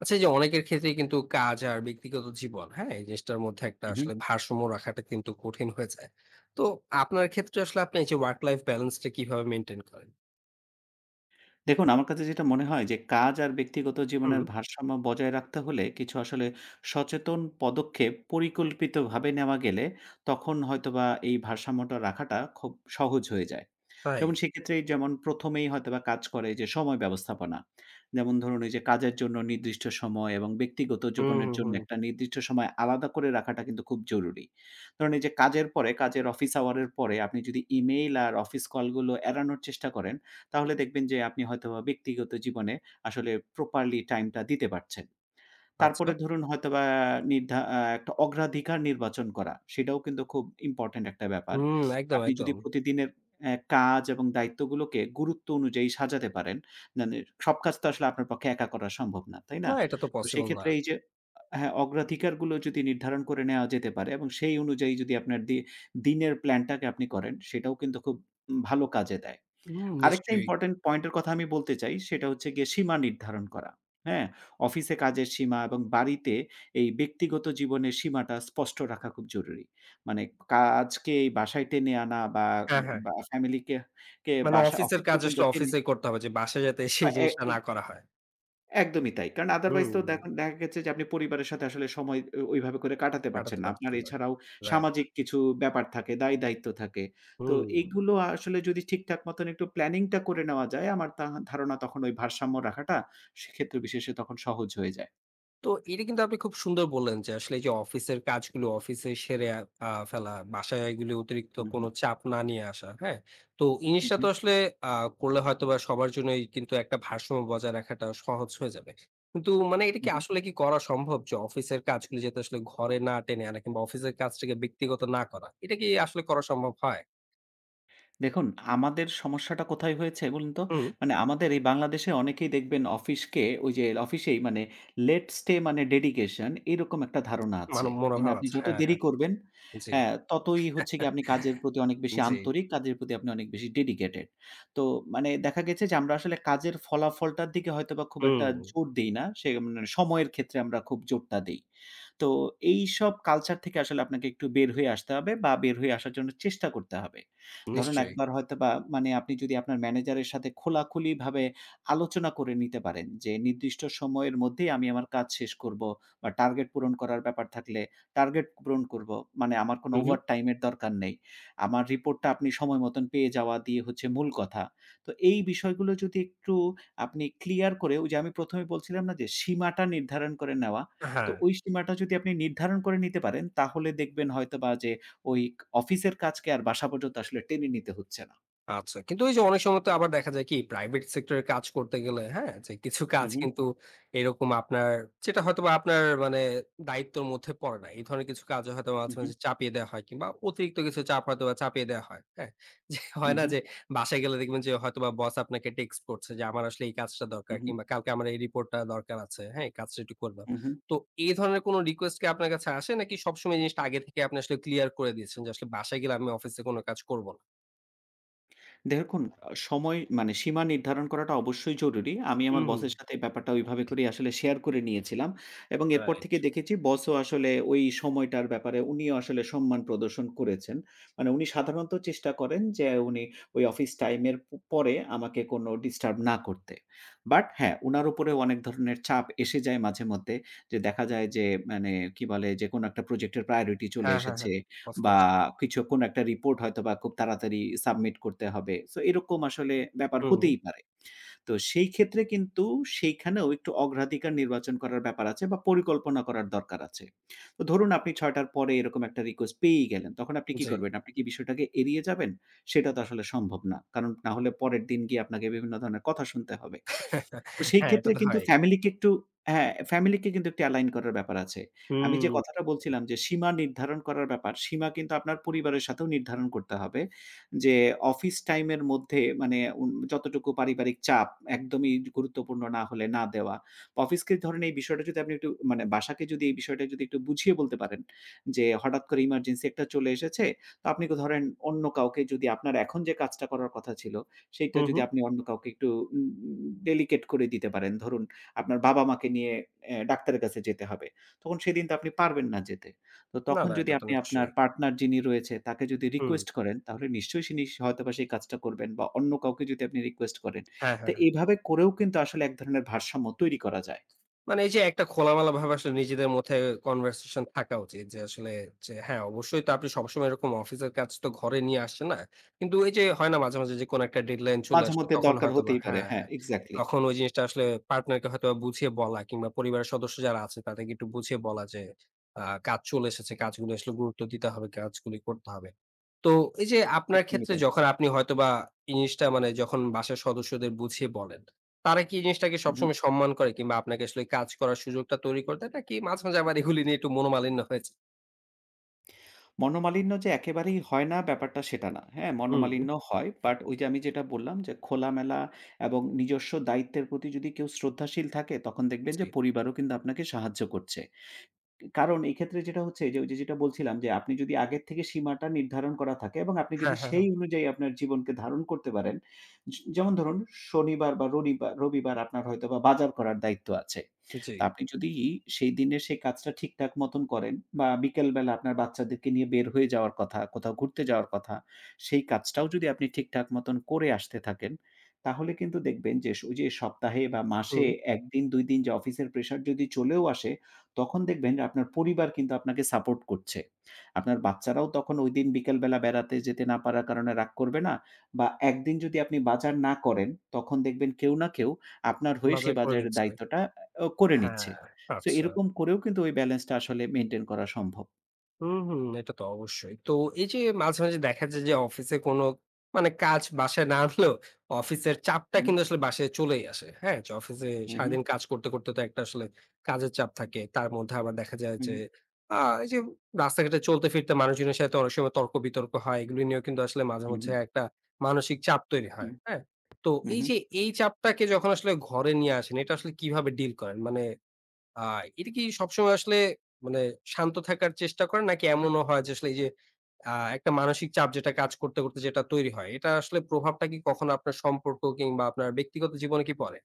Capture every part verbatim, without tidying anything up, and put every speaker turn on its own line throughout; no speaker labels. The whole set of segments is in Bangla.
আচ্ছা এই যে অনেকের ক্ষেত্রেই কিন্তু কাজ আর ব্যক্তিগত জীবন, হ্যাঁ? এই জিনিসটার মধ্যে একটা
উহু।
আসলে ভারসাম্য রাখাটা কিন্তু কঠিন হয়ে যায়। তো আপনার ক্ষেত্রে আসলে আপনি এই যে ওয়ার্ক লাইফ ব্যালেন্স টা কিভাবে মেইনটেইন করেন?
দেখুন আমার কাছে যেটা মনে হয় যে কাজ আর ব্যক্তিগত
হুম,
জীবনের ভারসাম্য বজায় রাখতে হলে কিছু আসলে সচেতন পদক্ষেপ পরিকল্পিতভাবে নেওয়া গেলে তখন হয়তোবা এই ভারসাম্যটা রাখাটা খুব সহজ হয়ে যায়।
তাই?
যেমন সেক্ষেত্রে যেমন প্রথম এই হয়তোবা কাজ করে যে সময় ব্যবস্থাপনা। যেমন ধরুন এই যে কাজের জন্য নির্দিষ্ট সময় এবং ব্যক্তিগত
হুম,
জীবনের
হুম,
জন্য
হুম।
একটা নির্দিষ্ট সময় আলাদা করে রাখাটা কিন্তু খুব জরুরি। ধরুন এই যে কাজের পরে, কাজের অফিস আওয়ার এর পরে আপনি যদি ইমেইল আর অফিস কলগুলো এড়ানোর চেষ্টা করেন তাহলে দেখবেন যে আপনি হয়তোবা ব্যক্তিগত জীবনে আসলে প্রপারলি টাইমটা দিতে পারছেন।
আচ্ছা।
তারপরে ধরুন হয়তোবা নির্ধা আ একটা অগ্রাধিকার নির্বাচন করা, সেটাও কিন্তু খুব ইম্পোর্টেন্ট একটা ব্যাপার।
হুম, একদম,
আপনি যদি
একদম।
প্রতিদিনের অ্যা কাজ এবং দায়িত্বগুলোকে গুরুত্ব অনুযায়ী সাজাতে পারেন, মানে সব কাজ তো আসলে আপনার পক্ষে একা করা সম্ভব না, তাই না?
না এটা তো
তো
পসিবল না।
সেক্ষেত্রে এই যে হ্যাঁ, অগ্রাধিকারগুলো যদি নির্ধারণ করে নেওয়া যেতে পারে এবং সেই অনুযায়ী যদি আপনার দি দিনের প্ল্যানটাকে আপনি করেন, সেটাও কিন্তু খুব উম ভালো কাজে দেয়।
হুম,
আরেকটা
নিশ্চয়ই।
ইম্পোর্টেন্ট পয়েন্টের কথা আমি বলতে চাই, সেটা হচ্ছে গিয়ে সীমা নির্ধারণ করা। হ্যাঁ? অফিসে কাজের সীমা এবং বাড়িতে এই ব্যক্তিগত জীবনের সীমাটা স্পষ্ট রাখা খুব জরুরি। মানে কাজকে এই বাসায় টেনে আনা বা,
হ্যাঁ, হ্যাঁ।
বা ফ্যামিলিকে কে কে
মানে
বাসা
অফিসের
অফিস
কাজ
পর্যন্ত
আসলে
টেনে
অফিসেই করতে হবে যে বাসায় যাতে
আ
সেই
এ
জিনিসটা না করা হয়।
একদমই তাই। কারণ আদারওয়াইজ তো
হুম,
দেখেন দেখা গেছে যে আপনি পরিবারের সাথে আসলে সময় ও ওইভাবে করে কাটাতে পারছেন
কাটাতে
না। আপনার
পারছেন না।
এছাড়াও
রাইট।
সামাজিক কিছু ব্যাপার থাকে, দায়-দায়িত্ব থাকে। তো
হুম।
এইগুলো আসলে যদি ঠিকঠাক মতন একটু প্ল্যানিংটা করে নেওয়া যায়, আমার তা ধারণা তখন ওই ভারসাম্য রাখাটা সেক্ষেত্রে বিশেষে তখন সহজ হয়ে যায়।
তো এটা কিন্তু আপনি খুব সুন্দর বললেন যে আসলে এই যে অফিসের কাজগুলো অফিসে সেরে আহ, ফেলা, বাসায় এগুলো অতিরিক্ত
হু, হু।
কোনো চাপ না নিয়ে আসা, হ্যাঁ? তো এই
হু,
জিনিসটা
হু।
তো আসলে আহ করলে হয়তো বা সবার জন্যই কিন্তু একটা ভারসাম্য বজায় রাখাটা সহজ হয়ে যাবে। কিন্তু মানে এটা
হু,
কি
হু।
আসলে কি করা সম্ভব যে অফিসের কাজগুলো যাতে আসলে ঘরে না টেনে আনা কিংবা অফিসের কাজটাকে ব্যক্তিগত না করা, এটা কি আসলে করা সম্ভব হয়?
দেখুন, আমাদের সমস্যাটা কোথায় হয়েছে বলুন তো?
হুম।
মানে আমাদের এই বাংলাদেশে অনেকেই দেখবেন অফিসকে ওই যে অফিসেই মানে লেট স্টে মানে ডেডিকেশন এরকম একটা ধারণা আছে।
মানব
মানে
মনোভাব
আপনি
আছে,
যত
হ্যাঁ,
দেরি
হ্যাঁ।
করবেন
জি।
হ্যাঁ, ততই হচ্ছে গিয়ে আপনি কাজের প্রতি অনেক বেশি
জি।
আন্তরিক, কাজের প্রতি আপনি অনেক বেশি ডেডিকেটেড। তো মানে দেখা গেছে যে আমরা আসলে কাজের ফলাফলটার দিকে হয়তোবা খুব একটা
হুম,
জোর দেই না। সে মানে সময়ের ক্ষেত্রে আমরা খুব জোরটা দেই। তো এইসব কালচার থেকে আসলে আপনাকে একটু বের হয়ে আসতে হবে বা বের হয়ে আসার জন্য চেষ্টা করতে হবে। ধরুন
নিশ্চয়ই।
একবার হয়তোবা মানে আপনি যদি আপনার ম্যানেজারের সাথে খোলাখুলিভাবে আলোচনা করে নিতে পারেন যে, "নির্দিষ্ট সময়ের মধ্যেই আমি আমার কাজ শেষ করব" বা টার্গেট পূরণ করার ব্যাপার থাকলে, "টার্গেট পূরণ করব। মানে আমার কোনো
হুম, হুম,
ওভারটাইম এর দরকার নেই। আমার রিপোর্টটা আপনি সময় মতন পেয়ে যাওয়া দিয়ে হচ্ছে মূল কথা।" তো এই বিষয়গুলো যদি একটু আপনি ক্লিয়ার করে ওই যে আমি প্রথম এ বলছিলাম না যে সীমাটা নির্ধারণ করে নেওয়া, তো
হ্যাঁ।
ওই সীমাটা যদি আপনি নির্ধারণ করে নিতে পারেন, তাহলে দেখবেন হয়তোবা যে ওই অফিসের কাজকে আর বাসা পর্যন্ত আসলে টেনে নিতে হচ্ছে না।
আচ্ছা। কিন্তু ওই যে অনেক সময় তো আবার দেখা যায় কি প্রাইভেট সেক্টরে কাজ করতে গেলে, হ্যাঁ? যে কিছু
হু,
কাজ
হু,
কিন্তু এরকম আপনার যেটা হয়তোবা আপনার মানে দায়িত্বের মধ্যে পড়ে না। এই ধরনের কিছু কাজও হয়তো বা
হু,
মাঝে,
হু,
মাঝে চাপিয়ে দেয়া হয় কিংবা অতিরিক্ত কিছু চাপ হয়তোবা চাপিয়ে দেয়া হয়, হ্যাঁ? যে
হু,
হয় না
হু,
যে বাসায় গেলে দেখবেন যে হয়তোবা বস আপনাকে টেক্সট করছে যে আমার আসলে এই কাজটা দরকার
হু,
কিংবা কালকে আমার এই রিপোর্টটা দরকার আছে, হ্যাঁ? এই কাজটা একটু করে দাও।
হু, হু।
তো এই ধরনের কোনো রিকোয়েস্ট কি আপনার কাছে আসে নাকি সবসময় এই জিনিসটা আগে থেকে আপনি আসলে ক্লিয়ার করে দিয়েছেন যে আসলে বাসায় গেলে আমি অফিসে কোনো কাজ করব না?
দেখুন, আ সময় মানে সীমা নির্ধারণ করাটা অবশ্যই জরুরি। আমি
হুম,
আমার
হুম।
বসের সাথে ব্যাপারটা ওইভাবে করেই আসলে শেয়ার করে নিয়েছিলাম এবং এরপর
রাইট।
থেকে দেখেছি বসও আসলে ওই সময়টার ব্যাপারে উনিও আসলে সম্মান প্রদর্শন করেছেন। মানে উনি সাধারণত চেষ্টা করেন যে উনি ওই অফিস টাইমের প পরে আমাকে কোনো ডিস্টার্ব না করতে। বাট হ্যাঁ, উনার উপরেও অনেক ধরনের চাপ এসে যায় মাঝেমধ্যে। যে দেখা যায় যে মানে কি বলে? যে কোনো একটা প্রজেক্টের প্রায়োরিটি চলে
হ্যাঁ, হ্যাঁ, হ্যাঁ।
এসেছে
অফ
বা
কোর্স।
কিছু কোন একটা রিপোর্ট হয়তোবা খুব তাড়াতাড়ি সাবমিট করতে হবে। সো এরকম আসলে ব্যাপার
হুম,
হতেই পারে। তো সেই ক্ষেত্রে কিন্তু সেইখানেও একটু অগ্রাধিকার নির্বাচন করার ব্যাপার আছে বা পরিকল্পনা করার দরকার আছে। তো ধরুন আপনি ছয়টা র পরে এরকম একটা রিকোয়েস্ট পেয়েই গেলেন। তখন আপনি কি
জি।
করবেন? আপনি কি বিষয়টাকে এড়িয়ে যাবেন? সেটা তো আসলে সম্ভব না। কারণ না হলে পরের দিন গিয়ে আপনাকে বিভিন্ন ধরনের কথা শুনতে হবে। তো সেই
হ্যাঁ, এটা
ক্ষেত্রে
তো
কিন্তু
হয়।
ফ্যামিলিকে একটু হ্যাঁ, ফ্যামিলিকে কিন্তু একটু অ্যালাইন করার ব্যাপার আছে। আমি
হুম,
যে কথাটা
হুম,
বলছিলাম যে সীমা নির্ধারণ করার ব্যাপার, সীমা কিন্তু আপনার পরিবারের সাথেও নির্ধারণ করতে হবে। যে অফিস টাইম এর মধ্যে মানে উন যতটুকু পারিবারিক চাপ একদমই গুরুত্বপূর্ণ না হলে না দেওয়া। অফিসকে ধরেন এই বিষয়টা যদি আপনি একটু মানে বাসাকে যদি এই বিষয়টা যদি একটু বুঝিয়ে বলতে পারেন যে হঠাৎ করে ইমার্জেন্সি একটা চলে এসেছে। তো আপনি ধরেন অন্য কাউকে যদি আপনার এখন যে কাজটা করার কথা ছিল সেইটা
হুম।
যদি
হুম।
আপনি অন্য কাউকে একটু উম ডেলিকেট করে দিতে পারেন। ধরুন আপনার বাবা-মাকে নিয়ে অ্যা ডাক্তারের কাছে যেতে হবে। তখন সেদিন তো আপনি পারবেন না যেতে। তো
না,
তখন
না
যদি
এটা তো
আপনি আপনার
নিশ্চয়ই।
পার্টনার যিনি রয়েছে তাকে যদি
হুম।
রিকোয়েস্ট করেন তাহলে নিশ্চয়ই সে নিশ হয়তোবা সেই কাজটা করবেন বা অন্য কাউকে যদি আপনি রিকোয়েস্ট করেন।
হ্যাঁ,
তো
হ্যাঁ, হ্যাঁ।
এভাবে করেও কিন্তু আসলে এক ধরনের ভারসাম্য তৈরি করা যায়।
মানে এই যে একটা খোলামেলা ভাবে আসলে নিজেদের মধ্যে কনভারসেশন থাকা উচিত যে আসলে যে হ্যাঁ অবশ্যই তো আপনি সবসময় এরকম অফিসের কাজ তো ঘরে নিয়ে আসছেন না। কিন্তু এই যে হয় না মাঝে, মাঝে যে কোনো একটা ডেডলাইন চলে
মাঝে
আসলো
মধ্যে
তখন
দরকার
হয়তোবা,
হতেই পারে।
হ্যাঁ,
হ্যাঁ,
হ্যাঁ।
এক্সাক্টলি।
তখন ওই জিনিসটা আসলে পার্টনারকে হয়তোবা বুঝিয়ে বলা কিংবা পরিবারের সদস্য যারা আছে তাদেরকে একটু বুঝিয়ে বলা যে আ কাজ চলে এসেছে, কাজগুলো আসলে গুরুত্ব দিতে হবে, কাজগুলি করতে হবে। তো এই যে আপনার
একদমই
ক্ষেত্রে
তাই।
যখন আপনি হয়তোবা এই জিনিসটা মানে যখন বাসার সদস্যদের বুঝিয়ে বলেন, তারা কি এই জিনিসটাকে
হু, হু।
সবসময় সম্মান করে কিংবা আপনাকে আসলে কাজ করার সুযোগটা তৈরি করে দেয় নাকি মাঝে, মাঝে আবার এগুলি নিয়ে একটু মনোমালিন্য হয়েছে?
মনোমালিন্য যে একেবারেই হয় না ব্যাপারটা সেটা না। হ্যাঁ?
হুম,
মনোমালিন্য হয়। বাট ওই যে আমি যেটা বললাম যে খোলামেলা এবং নিজস্ব দায়িত্বের প্রতি যদি কেউ শ্রদ্ধাশীল থাকে তখন দেখবেন
জি।
যে পরিবারও কিন্তু আপনাকে সাহায্য করছে। কারণ এই ক্ষেত্রে যেটা হচ্ছে যে, ওই যে যেটা বলছিলাম যে, আপনি যদি আগের থেকে সীমাটা নির্ধারণ করা থাকে এবং আপনি
হ্যাঁ,
যদি
হ্যাঁ, হ্যাঁ।
সেই অনুযায়ী আপনার জীবনকে ধারণ করতে পারেন। য যেমন ধরুন শনিবার বা রনিবার রবিবার আপনার হয়তোবা বাজার করার দায়িত্ব আছে।
জি।
তো আপনি যদি সেই দিনে সেই কাজটা ঠিকঠাক মতন করেন বা বিকেল বেলা আপনার বাচ্চাদেরকে নিয়ে বের হয়ে যাওয়ার কথা, কোথাও ঘুরতে যাওয়ার কথা, সেই কাজটাও যদি আপনি ঠিকঠাক মতন করে আসতে থাকেন, তাহলে কিন্তু দেখবেন যে, স- ওই যে সপ্তাহে বা মাসে
হুম,
এক দিন দুই দিন যে অফিসের প্রেশার যদি চলেও আসে তখন দেখবেন যে আপনার পরিবার কিন্তু আপনাকে সাপোর্ট করছে। আপনার বাচ্চারাও তখন ঐদিন বিকেলবেলা বেড়াতে যেতে না পারার কারণে রাগ করবে না বা একদিন যদি আপনি বাজার না করেন, তখন দেখবেন কেউ না কেউ আপনার হয়ে সেই
মাজাক করে
বাজারের
দিচ্ছে।
দায়িত্বটা আ করে
হ্যাঁ,
নিচ্ছে। সো
আচ্ছা।
এরকম করেও কিন্তু ওই ব্যালেন্সটা আসলে মেইনটেইন করা সম্ভব।
হুম, হুম। এটা তো অবশ্যই। তো এই যে মাঝে, মাঝে দেখা যায় যে অফিসে কোনো মানে কাজ বাসায় না আনলেও অফিসের চাপটা
হুম,
কিন্তু আসলে বাসায় চলেই আসে। হ্যাঁ? যে অফিসে
হু, হু,
সারাদিন কাজ করতে, করতে তো একটা আসলে কাজের চাপ থাকে। তার মধ্যে আবার দেখা যায় যে
হু,
আ এই যে রাস্তাঘাটে চলতে ফিরতে মানুষজনের সাথে অনেক সময় তর্ক-বিতর্ক হয়। এগুলো নিয়েও কিন্তু আসলে মাঝে মধ্যে
হু,
একটা মানসিক চাপ তৈরি
হু,
হয়। হ্যাঁ? তো
হু,
এই
হু।
যে এই চাপটাকে যখন আসলে ঘরে নিয়ে আসেন, এটা আসলে কিভাবে ডিল করেন? মানে আ এটা কি সবসময় আসলে মানে শান্ত থাকার চেষ্টা করেন? নাকি এমনও হয় যে আসলে এই যে আ একটা মানসিক চাপ যেটা কাজ করতে, করতে যেটা তৈরি হয়, এটা আসলে প্রভাবটা কি কখনো আপনার সম্পর্ক কিংবা আপনার ব্যক্তিগত জীবনে কি পড়ে?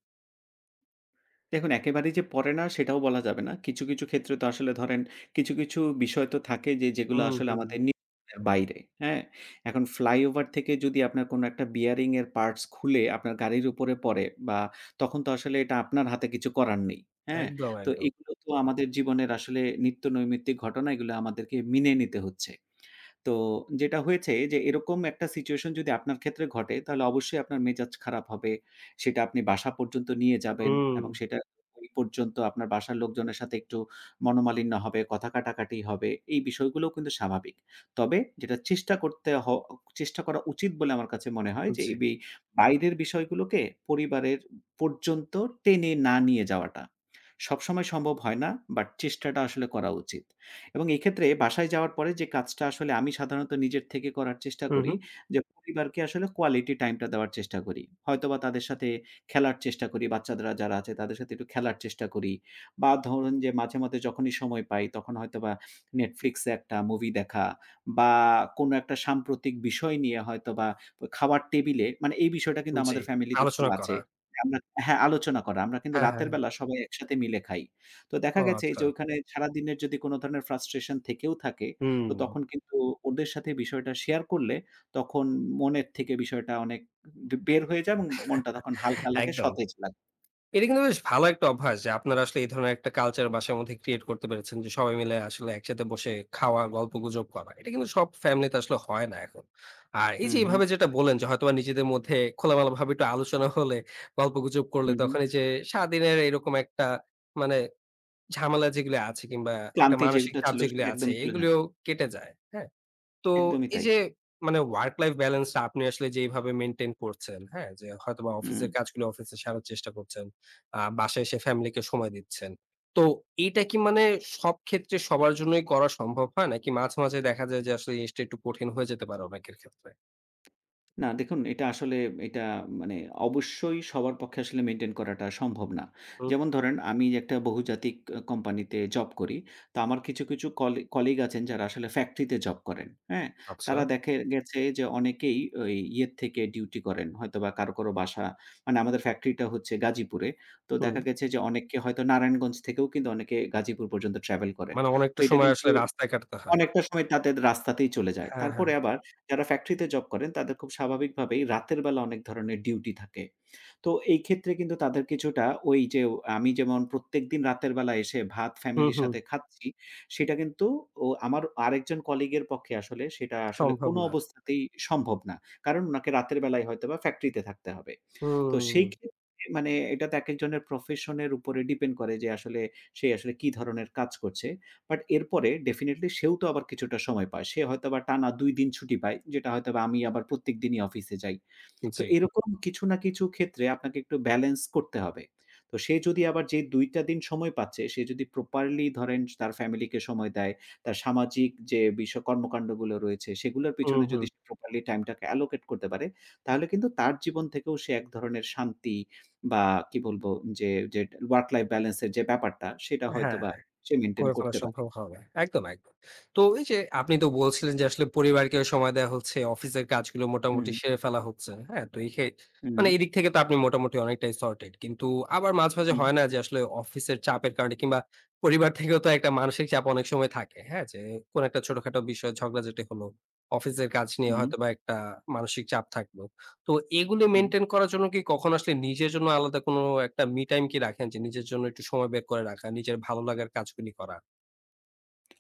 দেখুন, একেবারেই যে পড়ে না সেটাও বলা যাবে না। কিছু, কিছু ক্ষেত্রে তো আসলে ধরেন কিছু, কিছু বিষয় তো থাকে যে যেগুলো
হুম,
আসলে
হুম।
আমাদের নিয়ন্ত্রণের বাইরে, হ্যাঁ? এখন ফ্লাইওভার থেকে যদি আপনার কোনো একটা বিয়ারিং এর পার্টস খুলে আপনার গাড়ির উপরে পড়ে বা তখন তো আসলে এটা আপনার হাতে কিছু করার নেই, হ্যাঁ?
একদম,
তো
একদম।
এগুলো তো আমাদের জীবনের আসলে নিত্যনৈমিত্তিক ঘটনা, এগুলো আমাদেরকে মেনে নিতে হচ্ছে। তো যেটা হয়েছে যে এরকম একটা সিচুয়েশন যদি আপনার ক্ষেত্রে ঘটে, তাহলে অবশ্যই আপনার মেজাজ খারাপ হবে। সেটা আপনি বাসা পর্যন্ত নিয়ে যাবেন
হুম,
এবং সেটা ওই পর্যন্ত আপনার বাসার লোকজনের সাথে একটু মনোমালিন্য হবে, কথা কাটাকাটি হবে। এই বিষয়গুলোও কিন্তু স্বাভাবিক। তবে যেটা চেষ্টা করতে হ চেষ্টা করা উচিত বলে আমার কাছে মনে হয় যে
জি।
এই বি বাইরের বিষয়গুলোকে পরিবারের পর্যন্ত টেনে না নিয়ে যাওয়াটা। সবসময় সম্ভব হয় না, বাট চেষ্টাটা আসলে করা উচিত। এবং এক্ষেত্রে বাসায় যাওয়ার পরে যে কাজটা আসলে আমি সাধারণত নিজের থেকে করার চেষ্টা
হুম,
করি
হুম।
যে পরিবারকে আসলে কোয়ালিটি টাইমটা দেওয়ার চেষ্টা করি। হয়তোবা তাদের সাথে খেলার চেষ্টা করি, বাচ্চারা যারা আছে তাদের সাথে একটু খেলার চেষ্টা করি। বা ধরুন যে মাঝে মধ্যে যখনই সময় পাই তখন হয়তোবা Netflix এ একটা মুভি দেখা বা কোনো একটা সাম্প্রতিক বিষয় নিয়ে হয়তোবা খাওয়ার টেবিলে মানে এই বিষয়টা কিন্তু
জি।
আমাদের ফ্যামিলিতে খুব
আলোচনা
আছে।
করা।
আমরা হ্যাঁ, আলোচনা করা। আমরা কিন্তু
হ্যাঁ,
রাতের
হ্যাঁ।
বেলা সবাই একসাথে মিলে খাই। তো দেখা
ও
গেছে
আচ্ছা।
যে ওইখানে সারাদিনের যদি কোনো ধরনের frustration থেকেও থাকে,
হুম,
তো তখন কিন্তু ওদের সাথে বিষয়টা শেয়ার করলে তখন মনের থেকে বিষয়টা অনেক বে বের হয়ে যায় এবং মনটা তখন হালকা লাগে,
একদম।
সতেজ লাগে।
এটা কিন্তু বেশ ভালো একটা অভ্যাস যে আপনারা আসলে এই ধরনের একটা কালচার বাসার মধ্যে ক্রিয়েট করতে পেরেছেন যে সবাই মিলে আসলে একসাথে বসে খাওয়া, গল্প গুজব করা, এটা কিন্তু সব ফ্যামিলিতে আসলে হয় না এখন। আর এই
হু,
যে
হু,
এইভাবে যেটা বলেন যে হয়তোবা নিজেদের মধ্যে খোলামেলা ভাবে একটু আলোচনা হলে, গল্প গুজব করলে
হু, হু।
তখন এই যে স্বাধীনের এরকম একটা মানে ঝামেলা যেগুলো আছে কিংবা একটা
ক্লান্তি
মানসিক
যেটা
চাপ
ছিল
যেগুলো
সেটা
আছে
একদমই চলে যায়।
এগুলিও কেটে যায়, হ্যাঁ। তো
একদমই
এই
তাই।
যে মানে ওয়ার্ক লাইফ ব্যালেন্স টা আপনি আসলে যেইভাবে মেইনটেইন করছেন, হ্যাঁ? যে হয়তোবা
হুম।
অফিসের কাজগুলো অফিসে সারার চেষ্টা করছেন। আ বাসায় এসে ফ্যামিলিকে সময় দিচ্ছেন। তো এইটা কি মানে সব ক্ষেত্রে সবার জন্যই করা সম্ভব হয়? নাকি মাঝে, মাঝে দেখা যায় যে আসলে জিনিসটা একটু কঠিন হয়ে যেতে পারে অনেকের ক্ষেত্রে?
না দেখুন, এটা আসলে এটা মানে অবশ্যই সবার পক্ষে আসলে মেইনটেইন করাটা সম্ভব না।
হুম,
যেমন ধরেন আমি যে একটা বহুজাতিক আ কোম্পানিতে জব করি। তো আমার কিছু, কিছু কলি কলিগ আছেন যারা আসলে ফ্যাক্টরিতে জব করেন। হ্যাঁ?
আচ্ছা।
তারা দেখে গেছে যে অনেকেই ওই ইয়ের থেকে ডিউটি করেন। হয়তোবা কারো, কারো বাসা মানে আমাদের ফ্যাক্টরিটা হচ্ছে গাজীপুরে। তো
হুম,
দেখা গেছে যে অনেককে হয়তো নারায়ণগঞ্জ থেকেও কিন্তু অনেকে গাজীপুর পর্যন্ত ট্রাভেল করেন।
মানে
তো
অনেকটা
এটা
সময়
কিন্তু
আসলে রাস্তায় কাটাতে হয়।
অনেকটা সময় তাদের রাস্তাতেই চলে যায়।
হ্যাঁ, হ্যাঁ।
তারপরে আবার যারা ফ্যাক্টরিতে জব করেন তাদের খুব স্বাভাবিকভাবেই রাতের বেলা অনেক ধরনের ডিউটি থাকে। তো এই ক্ষেত্রে কিন্তু তাদের কিছুটা ওই যে আমি যেমন প্রত্যেকদিন রাতের বেলা এসে ভাত
হুম,
ফ্যামিলির
হুম।
সাথে খাচ্ছি, সেটা কিন্তু ও আমার আরেকজন কলিগের পক্ষে আসলে সেটা আসলে
সম্ভব
কোনো
না।
অবস্থাতেই সম্ভব না। কারণ উনাকে রাতের বেলায় হয়তোবা ফ্যাক্টরিতে থাকতে হবে। তো
হুম,
সেই ক্ষেত্রে মানে এটা তো একেকজনের প্রফেশন এর উপরে ডিপেন্ড করে যে আসলে সে আসলে কি ধরনের কাজ করছে। বাট এরপরে ডেফিনিটলি সেও তো আবার কিছুটা সময় পায়। সে হয়তোবা টানা দুই দিন ছুটি পায়, যেটা হয়তোবা আমি আবার প্রত্যেক দিনই অফিসে যাই। তো
জি।
এরকম কিছু না কিছু ক্ষেত্রে আপনাকে একটু ব্যালেন্স করতে হবে। তো সে যদি আবার যে দুই টা দিন সময় পাচ্ছে, সে যদি প্রপারলি ধরেন তার ফ্যামিলিকে সময় দেয়, তার সামাজিক যে বিষ কর্মকান্ডগুলো রয়েছে, সেগুলোর
হুম,
পিছনে
হুম।
যদি সে প্রপারলি টাইমটাকে অ্যালোকেট করতে পারে, তাহলে কিন্তু তার জীবন থেকেও সে এক ধরনের শান্তি বা কি বলব যে, যে ওয়ার্ক লাইফ ব্যালেন্স এর যে ব্যাপারটা, সেটা
হ্যাঁ।
হয়তোবা সে মেইনটেইন
করে ফেলা
করতে পারে।
সম্ভব হবে। একদম, একদম। তো এই যে আপনি তো বলছিলেন যে আসলে পরিবারকেও সময় দেয়া হচ্ছে, অফিসের কাজগুলো মোটামুটি
হুম,
সেরে ফেলা হচ্ছে। হ্যাঁ? তো এই খে
হুম,
মানে এদিক থেকে তো আপনি মোটামুটি অনেকটাই সর্টেড। কিন্তু আবার মাঝে, মাঝে
হুম,
হয় না যে আসলে অফিসের চাপের কারণে কিংবা পরিবার থেকেও তো একটা মানসিক চাপ অনেক সময় থাকে। হ্যাঁ? যে কোন একটা ছোটখাটো বিষয় ঝগড়াঝাটি হলো। অফিসের কাজ নিয়ে
হুম,
হয়তোবা একটা মানসিক চাপ থাকলো। তো এগুলি
হুম।
মেইনটেইন করার জন্য কি কখনো আসলে নিজের জন্য আলাদা কোনো একটা মি টাইম কি রাখেন? যে নিজের জন্য একটু সময় বের করে রাখা, নিজের ভালো লাগার কাজগুলি করা?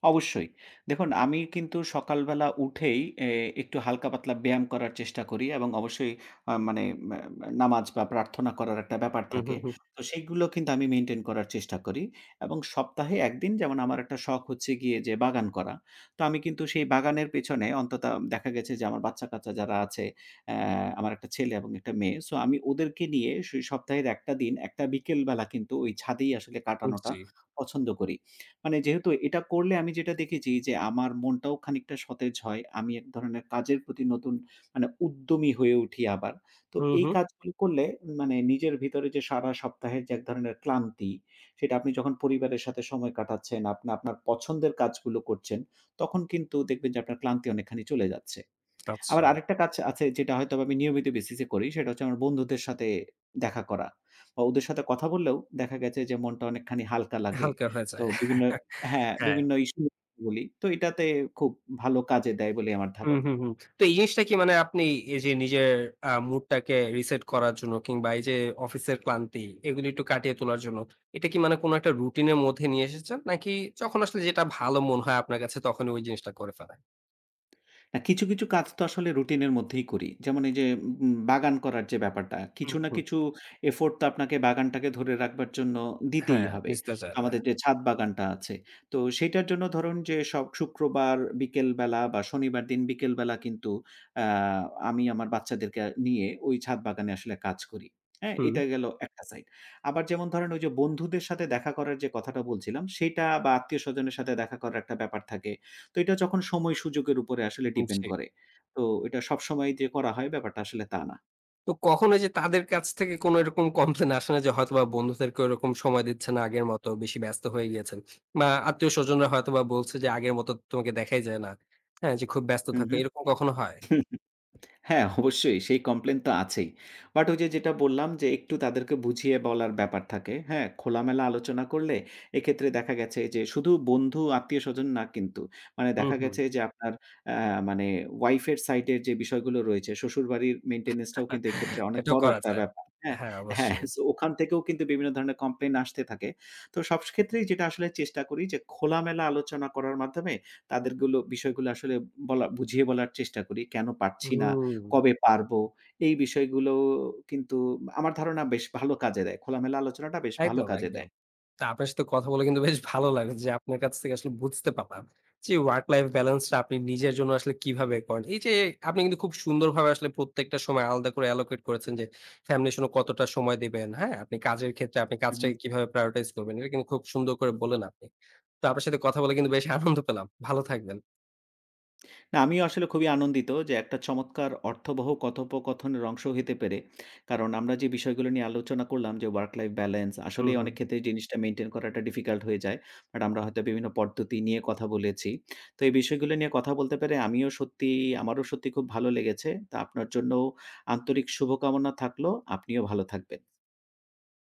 অবশ্যই। দেখুন আমি কিন্তু সকালবেলা উঠেই এ একটু হালকা পাতলা ব্যায়াম করার চেষ্টা করি এবং অবশ্যই আ মানে ম্যা নামাজ বা প্রার্থনা করার একটা ব্যাপার
হুম,
থাকে।
হুম, হুম,
তো সেইগুলো কিন্তু আমি মেইনটেইন করার চেষ্টা করি এবং সপ্তাহে এক দিন যেমন আমার একটা শখ হচ্ছে গিয়ে যে বাগান করা। তো আমি কিন্তু সেই বাগানের পেছনে অন্তত দেখা গেছে যে আমার বাচ্চা-কাচ্চা যারা আছে, অ্যা আমার একটা ছেলে এবং একটা মেয়ে। সো আমি ওদেরকে নিয়ে সেই সপ্তাহের একটা দিন একটা বিকেল বেলা কিন্তু ওই ছাদেই আসলে
হুম,
কাটানোটা
জি।
পছন্দ করি। মানে যেহেতু এটা করলে আমি যেটা দেখেছি যে আমার মনটাও খানিকটা সতেজ হয়। আমি এক ধরনের কাজের প্রতি নতুন মানে উদ্যমী হয়ে উঠি আবার। তো
হুম,
এই
হুম।
কাজগুলো করলে মানে নিজের ভিতরে যে সারা সপ্তাহের যে এক ধরনের ক্লান্তি, সেটা আপনি যখন পরিবারের সাথে সময় কাটাচ্ছেন, আপনি আপনার পছন্দের কাজগুলো করছেন, তখন কিন্তু দেখবেন যে আপনার ক্লান্তি অনেকখানি চলে যাচ্ছে। আবার
আচ্ছা।
আরেকটা কাজ আছে যেটা হয়তোবা আমি নিয়মিত বেসিস এ করি। সেটা হচ্ছে আমার বন্ধুদের সাথে দেখা করা। বা ওদের সাথে কথা বললেও দেখা গেছে যে মনটা অনেকখানি হালকা লাগে।
হালকা হয়ে
তো
যায়।
বিভিন্ন হ্যাঁ,
হ্যাঁ।
বিভিন্ন ইস্যু বলি। তো এটাতে খুব ভালো কাজে দেয় বলে আমার
হুম,
ধারণা।
হুম, হুম। তো এই জিনিসটা কি মানে আপনি এই যে নিজের আ মুডটাকে রিসেট করার জন্য কিংবা এই যে অফিসের ক্লান্তি এগুলি একটু কাটিয়ে তোলার জন্য, এটা কি মানে কোনো একটা রুটিনের মধ্যে নিয়ে এসেছেন? নাকি যখন আসলে যেটা ভালো মনে হয় আপনার কাছে তখনই ওই জিনিসটা করে ফেলেন?
না, কিছু, কিছু কাজ তো আসলে রুটিনের মধ্যেই করি। যেমন এই যে উম বাগান করার যে ব্যাপারটা,
হুম,
কিছু না
হুম।
কিছু এফোর্ট তো আপনাকে বাগানটাকে ধরে রাখবার জন্য দিতেই
হ্যাঁ,
হবে।
মিশতে চায় না।
আমাদের যে ছাদ বাগানটা আছে, তো সেটার জন্য ধরুন যে সব শুক্রবার বিকেল বেলা বা শনিবার দিন বিকেল বেলা কিন্তু আ আমি আমার বাচ্চাদেরকে নিয়ে ওই ছাদ বাগানে আসলে কাজ করি। হ্যাঁ?
হুম,
এটা গেল একটা সাইড। আবার যেমন ধরেন ওই যে বন্ধুদের সাথে দেখা করার যে কথাটা বলছিলাম, সেটা বা আত্মীয়স্বজনের সাথে দেখা করার একটা ব্যাপার থাকে। তো এটা যখন সময় সুযোগের উপরে আসলে ডিপেন্ড
জি।
করে। তো এটা সবসময় যে করা হয় ব্যাপারটা আসলে তা না।
তো কখনো যে তাদের কাছ থেকে কোনো এরকম কমপ্লেইন আসে না যে হয়তোবা বন্ধুদেরকে ওরকম সময় দিচ্ছে না আগের মতো, বেশি ব্যস্ত হয়ে গিয়েছেন? বা আত্মীয়স্বজনরা হয়তোবা বলছে যে আগের মতো তোমাকে দেখাই যায় না। হ্যাঁ, যে খুব ব্যস্ত
হু,
থাকো
হু।
এরকম কখনো হয়?
হ্যাঁ, অবশ্যই সেই কমপ্লেন তো আছেই। বাট ওই যে যেটা বললাম যে একটু তাদেরকে বুঝিয়ে বলার ব্যাপার থাকে, হ্যাঁ? খোলামেলা আলোচনা করলে এক্ষেত্রে দেখা গেছে যে শুধু বন্ধু আত্মীয়স্বজন না কিন্তু। মানে
হুম,
দেখা
হুম।
গেছে যে আপনার আ মানে ওয়াইফের সাইডের যে বিষয়গুলো রয়েছে, শ্বশুরবাড়ির মেইনটেন্যান্স টাও কিন্তু এক্ষেত্রে অনেক
এটাও
বড়
করা
একটা
যায়।
ব্যাপার। হ্যাঁ,
হ্যাঁ,
হ্যাঁ।
অবশ্যই।
সো ওখান থেকেও কিন্তু বিভিন্ন ধরনের কমপ্লেইন আসতে থাকে। তো সব ক্ষেত্রেই যেটা আসলে চেষ্টা করি যে খোলামেলা আলোচনা করার মাধ্যমে তাদেরগুলো বিষয়গুলো আসলে বলা বুঝিয়ে বলার চেষ্টা করি। কেন পারছি না
হুম।
কবে পারবো? এই বিষয়গুলো কিন্তু আমার ধারণা বেশ ভালো কাজে দেয়। খোলামেলা আলোচনাটা বেশ ভালো
একদম,
কাজে
একদম।
দেয়।
তো আপনার সাথে কথা বলে কিন্তু বেশ ভালো লাগলো যে আপনার কাছ থেকে আসলে বুঝতে পারলাম যে ওয়ার্ক লাইফ ব্যালেন্সটা আপনি নিজের জন্য আসলে কিভাবে করেন। এই যে আপনি কিন্তু খুব সুন্দরভাবে আসলে প্রত্যেকটা সময় আলাদা করে allocate করেছেন যে ফ্যামিলির জন্য কতটা সময় দিবেন, হ্যাঁ? আপনি কাজের ক্ষেত্রে আপনি
হুম।
কাজটাকে কিভাবে prioritize করবেন। এটা কিন্তু খুব সুন্দর করে বললেন আপনি। তো আপনার সাথে কথা বলে কিন্তু বেশ আনন্দ পেলাম। ভালো থাকবেন।
না আমিও আসলে খুবই আনন্দিত যে একটা চমৎকার অর্থবহ কথোপকথনের অংশ হতে পেরে। কারণ আমরা যে বিষয়গুলো নিয়ে আলোচনা করলাম যে ওয়ার্ক লাইফ ব্যালেন্স
হু,
আসলেই
হু।
অনেক ক্ষেত্রে এই জিনিসটা মেইনটেইন করাটা ডিফিকাল্ট হয়ে যায়। বাট আমরা হয়তো বিভিন্ন পদ্ধতি নিয়ে কথা বলেছি। তো এই বিষয়গুলো নিয়ে কথা বলতে পেরে আমিও সত্যি আমারও সত্যি খুব ভালো লেগেছে। তা আপনার জন্য আন্তরিক শুভকামনা থাকলো। আপনিও ভালো থাকবেন।